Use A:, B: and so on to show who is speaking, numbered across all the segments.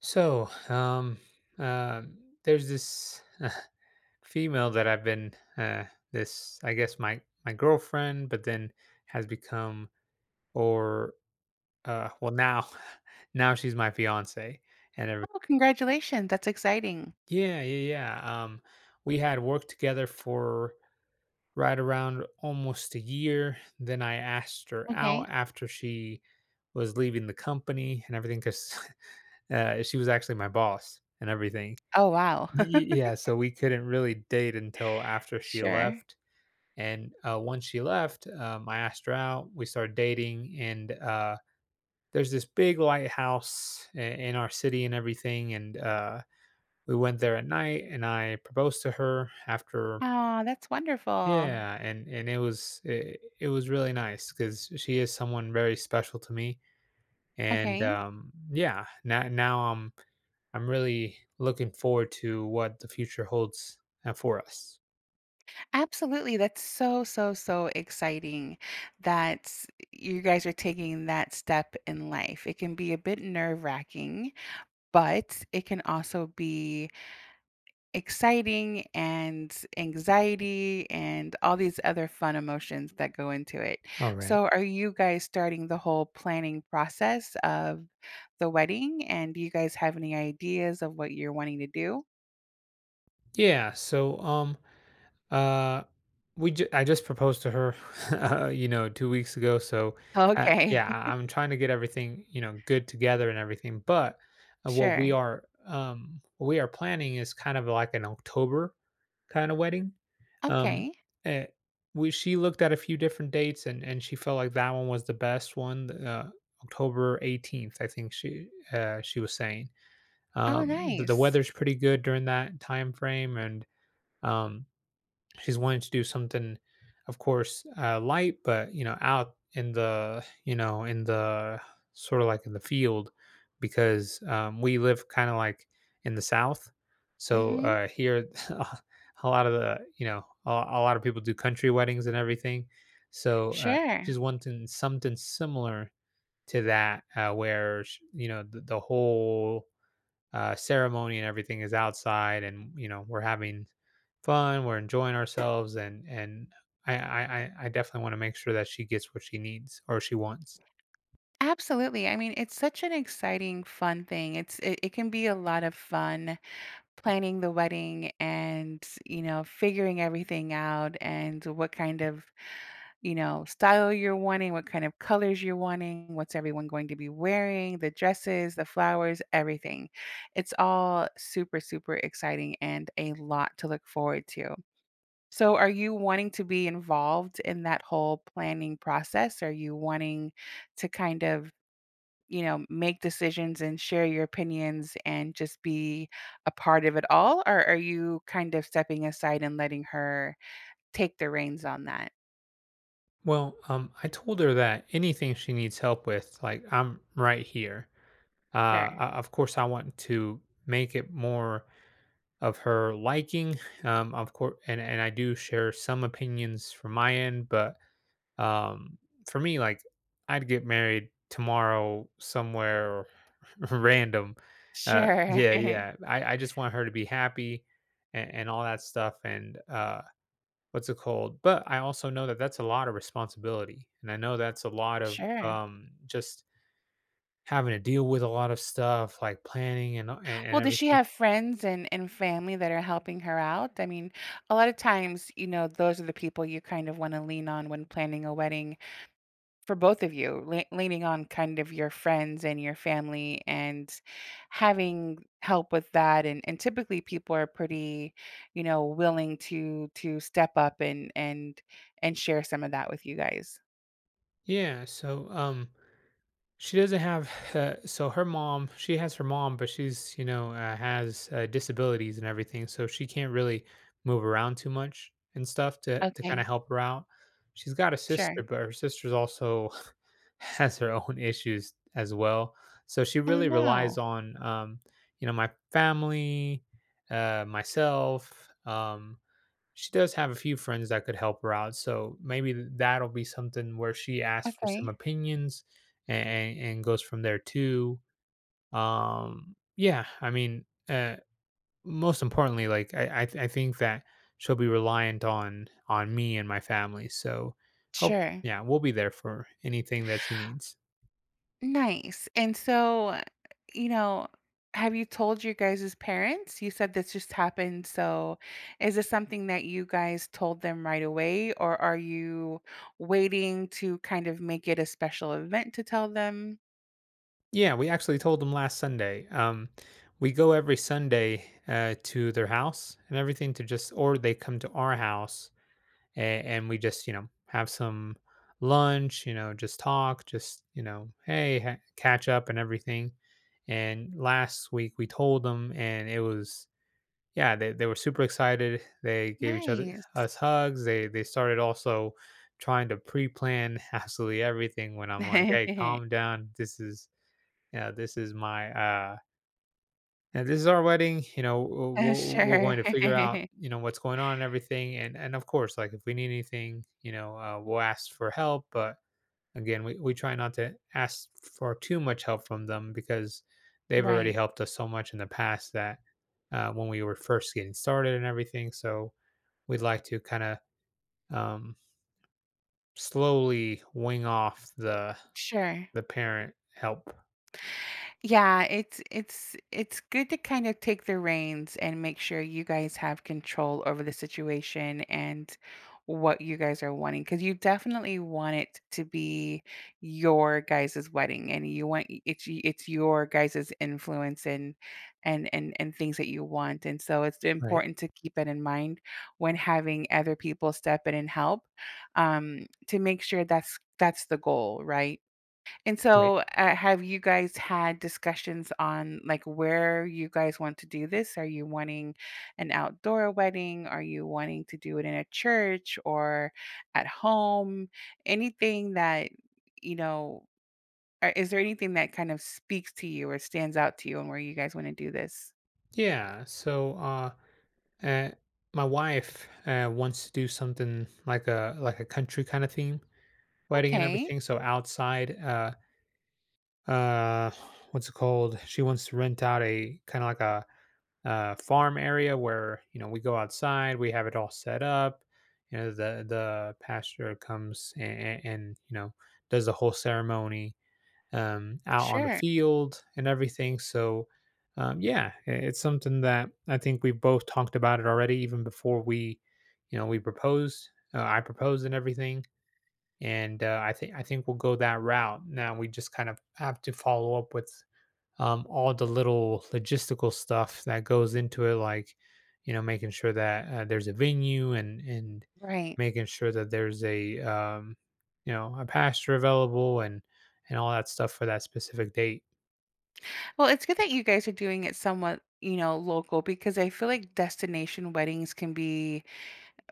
A: So, um, there's this female that I've been, this I guess my girlfriend, but then has become, or well now she's my fiance, and everything.
B: Oh, congratulations. That's exciting.
A: Yeah, yeah, yeah. We had worked together for right around almost a year. Then I asked her out
B: Okay.
A: after she was leaving the company and everything because she was actually my boss and everything.
B: Oh, wow.
A: Y yeah, so we couldn't really date until after she
B: Sure.
A: left, and, once she left, I asked her out, we started dating, and, there's this big lighthouse I in our city and everything, and, we went there at night, and I proposed to her after.
B: Oh, that's wonderful.
A: Yeah, and it was really nice because she is someone very special to me, and,
B: Okay.
A: yeah, now I'm really looking forward to what the future holds, for us.
B: Absolutely. That's so, so, so exciting that you guys are taking that step in life. It can be a bit nerve-wracking, but it can also be exciting and anxiety and all these other fun emotions that go into it.
A: All right.
B: So, are you guys starting the whole planning process of the wedding? And do you guys have any ideas of what you're wanting to do?
A: Yeah. So, uh, I just proposed to her, 2 weeks ago. So,
B: Okay,
A: yeah, I'm trying to get everything, good together and everything. But
B: sure.
A: what we are planning is kind of like an October kind of wedding. Um,
B: Okay.
A: eh, we She looked at a few different dates and she felt like that one was the best one. October 18th, I think she was saying
B: Oh,
A: the the
B: nice.
A: weather's pretty good during that time frame. And Um, she's wanting to do something, of course, light, but out in the sort of like in the field because we live kind of like in the south. So
B: Mm-hmm.
A: here, a lot of the you know a lot of people do country weddings and everything. So
B: Sure.
A: she's wanting something similar to that, where the whole ceremony and everything is outside, and we're having fun, we're enjoying ourselves, and I definitely want to make sure that she gets what she needs or she wants.
B: Absolutely. I mean, it's such an exciting, fun thing. It can be a lot of fun planning the wedding, and figuring everything out, and what kind of style you're wanting, what kind of colors you're wanting, what's everyone going to be wearing, the dresses, the flowers, everything. It's all super, super exciting, and a lot to look forward to. So, are you wanting to be involved in that whole planning process? Are you wanting to kind of, make decisions and share your opinions, and just be a part of it all? Or are you kind of stepping aside and letting her take the reins on that?
A: Well, I told her that anything she needs help with, like I'm right here. Uh,
B: Sure.
A: of course, I want to make it more of her liking. Of course, and I do share some opinions from my end. But Um, for me, like I'd get married tomorrow somewhere random.
B: Sure.
A: Yeah, yeah. I just want her to be happy, and all that stuff. And what's it called? But I also know that that's a lot of responsibility, and I know that's a lot of
B: Sure.
A: just having to deal with a lot of stuff like planning and
B: Well, does she
A: everything.
B: have friends and family that are helping her out? I mean, a lot of times, those are the people you kind of want to lean on when planning a wedding for both of you, leaning on kind of your friends and your family, and having help with that. And typically people are pretty, willing to step up and share some of that with you guys.
A: Yeah. She doesn't have so her mom. She has her mom, but she's has disabilities and everything, so she can't really move around too much and stuff to kind of
B: Okay,
A: help her out. She's got a sister,
B: sure.
A: but her sister's also has her own issues as well. So she
B: Oh
A: really relies
B: no.
A: on my family, myself. She does have a few friends that could help her out, so maybe that'll be something where she asks for some
B: Okay,
A: opinions and goes from there too. Yeah, I mean, most importantly, like I think that she'll be reliant on me and my family. So hope
B: sure.
A: yeah, we'll be there for anything that she needs.
B: Nice. And so, you know, have you told your guys' parents? You said this just happened. So, is this something that you guys told them right away, or are you waiting to kind of make it a special event to tell them?
A: Yeah, we actually told them last Sunday. We go every Sunday to their house and everything to just, or they come to our house, and we just, have some lunch, just talk, just, hey, catch up and everything. And last week we told them, and it was, yeah, they were super excited. They gave each other
B: Nice.
A: us hugs. They started also trying to pre-plan absolutely everything. When I'm like, hey, calm down. This is yeah, this is our wedding. We're going
B: Sure.
A: to figure out, what's going on and everything. And of course, like if we need anything, we'll ask for help. But again, we try not to ask for too much help from them because they've already
B: Right.
A: helped us so much in the past that when we were first getting started and everything. So we'd like to kind of um slowly wing off the
B: Sure.
A: the parent help.
B: Yeah, it's good to kind of take the reins and make sure you guys have control over the situation and what you guys are wanting, because you definitely want it to be your guys' wedding, and you want y- it's your guys' influence and things that you want. And so it's
A: Right.
B: important to keep it in mind when having other people step in and help to make sure that's the goal, right? And
A: Right.
B: so, have you guys had discussions on, like, where you guys want to do this? Are you wanting an outdoor wedding? Are you wanting to do it in a church or at home? Anything that, you know, or is there anything that kind of speaks to you or stands out to you, and where you guys want to do this?
A: Yeah. Uh, my wife wants to do something like a country kind of theme wedding and
B: Okay,
A: everything. So outside, uh, what's it called? She wants to rent out a kind of like a farm area where we go outside, we have it all set up. You know, the pastor comes, and does the whole ceremony, out on the
B: sure.
A: field and everything. So, yeah, it's something that I think we both talked about it already, even before we proposed. I proposed and everything, and I think we'll go that route. Now we just kind of have to follow up with all the little logistical stuff that goes into it, like, making sure that there's a venue, and
B: Right.
A: making sure that there's a you know a pasture available, and all that stuff for that specific date.
B: Well, it's good that you guys are doing it somewhat, local, because I feel like destination weddings can be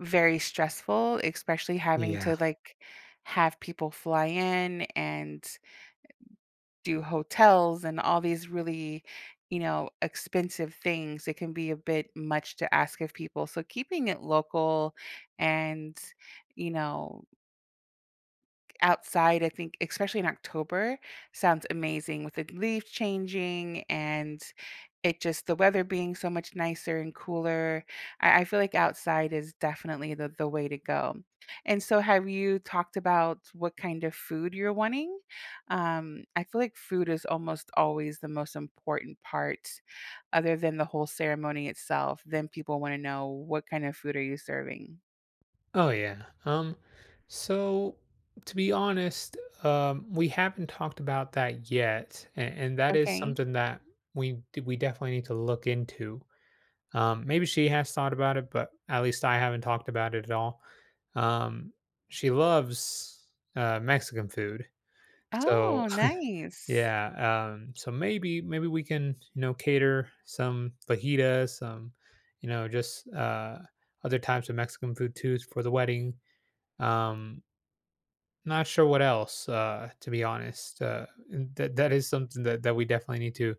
B: very stressful, especially having
A: Yeah.
B: to, like, have people fly in and do hotels and all these really, expensive things. It can be a bit much to ask of people. So keeping it local and, you know, outside, I think, especially in October, sounds amazing, with the leaves changing and it just the weather being so much nicer and cooler. I feel like outside is definitely the way to go. And so, have you talked about what kind of food you're wanting? I feel like food is almost always the most important part, other than the whole ceremony itself. Then people want to know, what kind of food are you serving?
A: Oh yeah. So to be honest, we haven't talked about that yet, and that is
B: Okay.
A: something that we definitely need to look into. Maybe she has thought about it, but at least I haven't talked about it at all. Um, she loves, Mexican food. So,
B: Oh, nice.
A: yeah, so maybe we can, cater some fajitas, some, you know, just, uh, other types of Mexican food too for the wedding. Um, Not sure what else, to be honest. And that is something that we definitely need to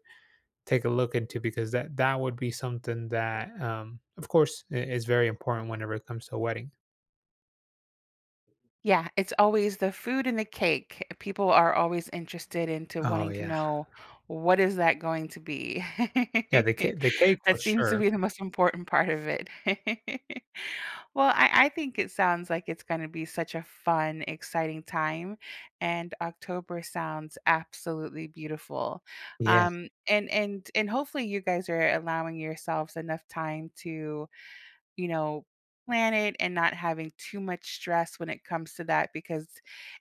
A: take a look into, because that would be something that, of course, I is very important whenever it comes to a wedding.
B: Yeah, it's always the food and the cake. People are always interested into
A: Oh,
B: wanting to
A: yeah.
B: know, what is that going to be?
A: Yeah, the ca the cake for
B: That seems to
A: sure.
B: be the most important part of it. Well, I think it sounds like it's going to be such a fun, exciting time, and October sounds absolutely beautiful.
A: Yeah.
B: And hopefully you guys are allowing yourselves enough time to, you know, plan it, and not having too much stress when it comes to that, because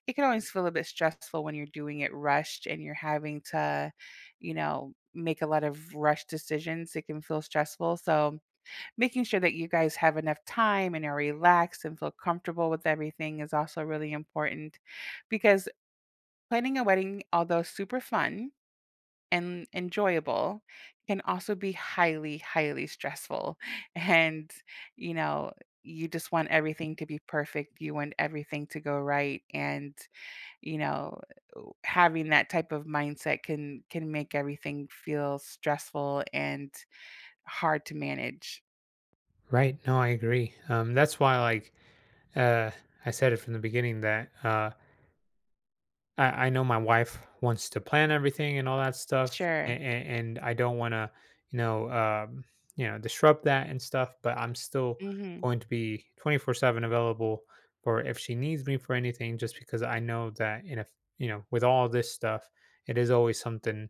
B: it can always feel a bit stressful when you're doing it rushed and you're having to, make a lot of rush decisions. It can feel stressful. So, making sure that you guys have enough time and are relaxed and feel comfortable with everything is also really important, because planning a wedding, although super fun, and enjoyable, can also be highly, highly stressful. And, you know, you just want everything to be perfect. You want everything to go right. And, you know, having that type of mindset can make everything feel stressful and hard to manage.
A: Right. No, I agree. That's why, like, uh, I said it from the beginning that I know my wife wants to plan everything and all that stuff,
B: Sure.
A: and I don't want to, you know, um, disrupt that and stuff. But I'm still
B: Hmm.
A: going to be 24/7 available for if she needs me for anything, just because I know that, in a, f- you know, with all this stuff, it is always something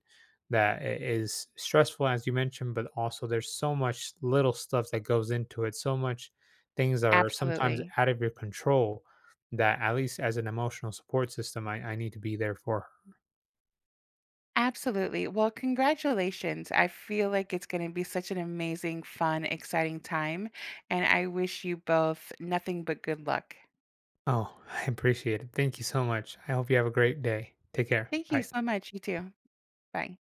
A: that is stressful, as you mentioned. But also, there's so much little stuff that goes into it, so much things that are sometimes
B: Absolutely.
A: out of your control, that at least as an emotional support system, I need to be there for her.
B: Absolutely. Well, congratulations. I feel like it's going to be such an amazing, fun, exciting time. And I wish you both nothing but good luck.
A: Oh, I appreciate it. Thank you so much. I hope you have a great day. Take care.
B: Thank you
A: Bye.
B: so much. You too. Bye.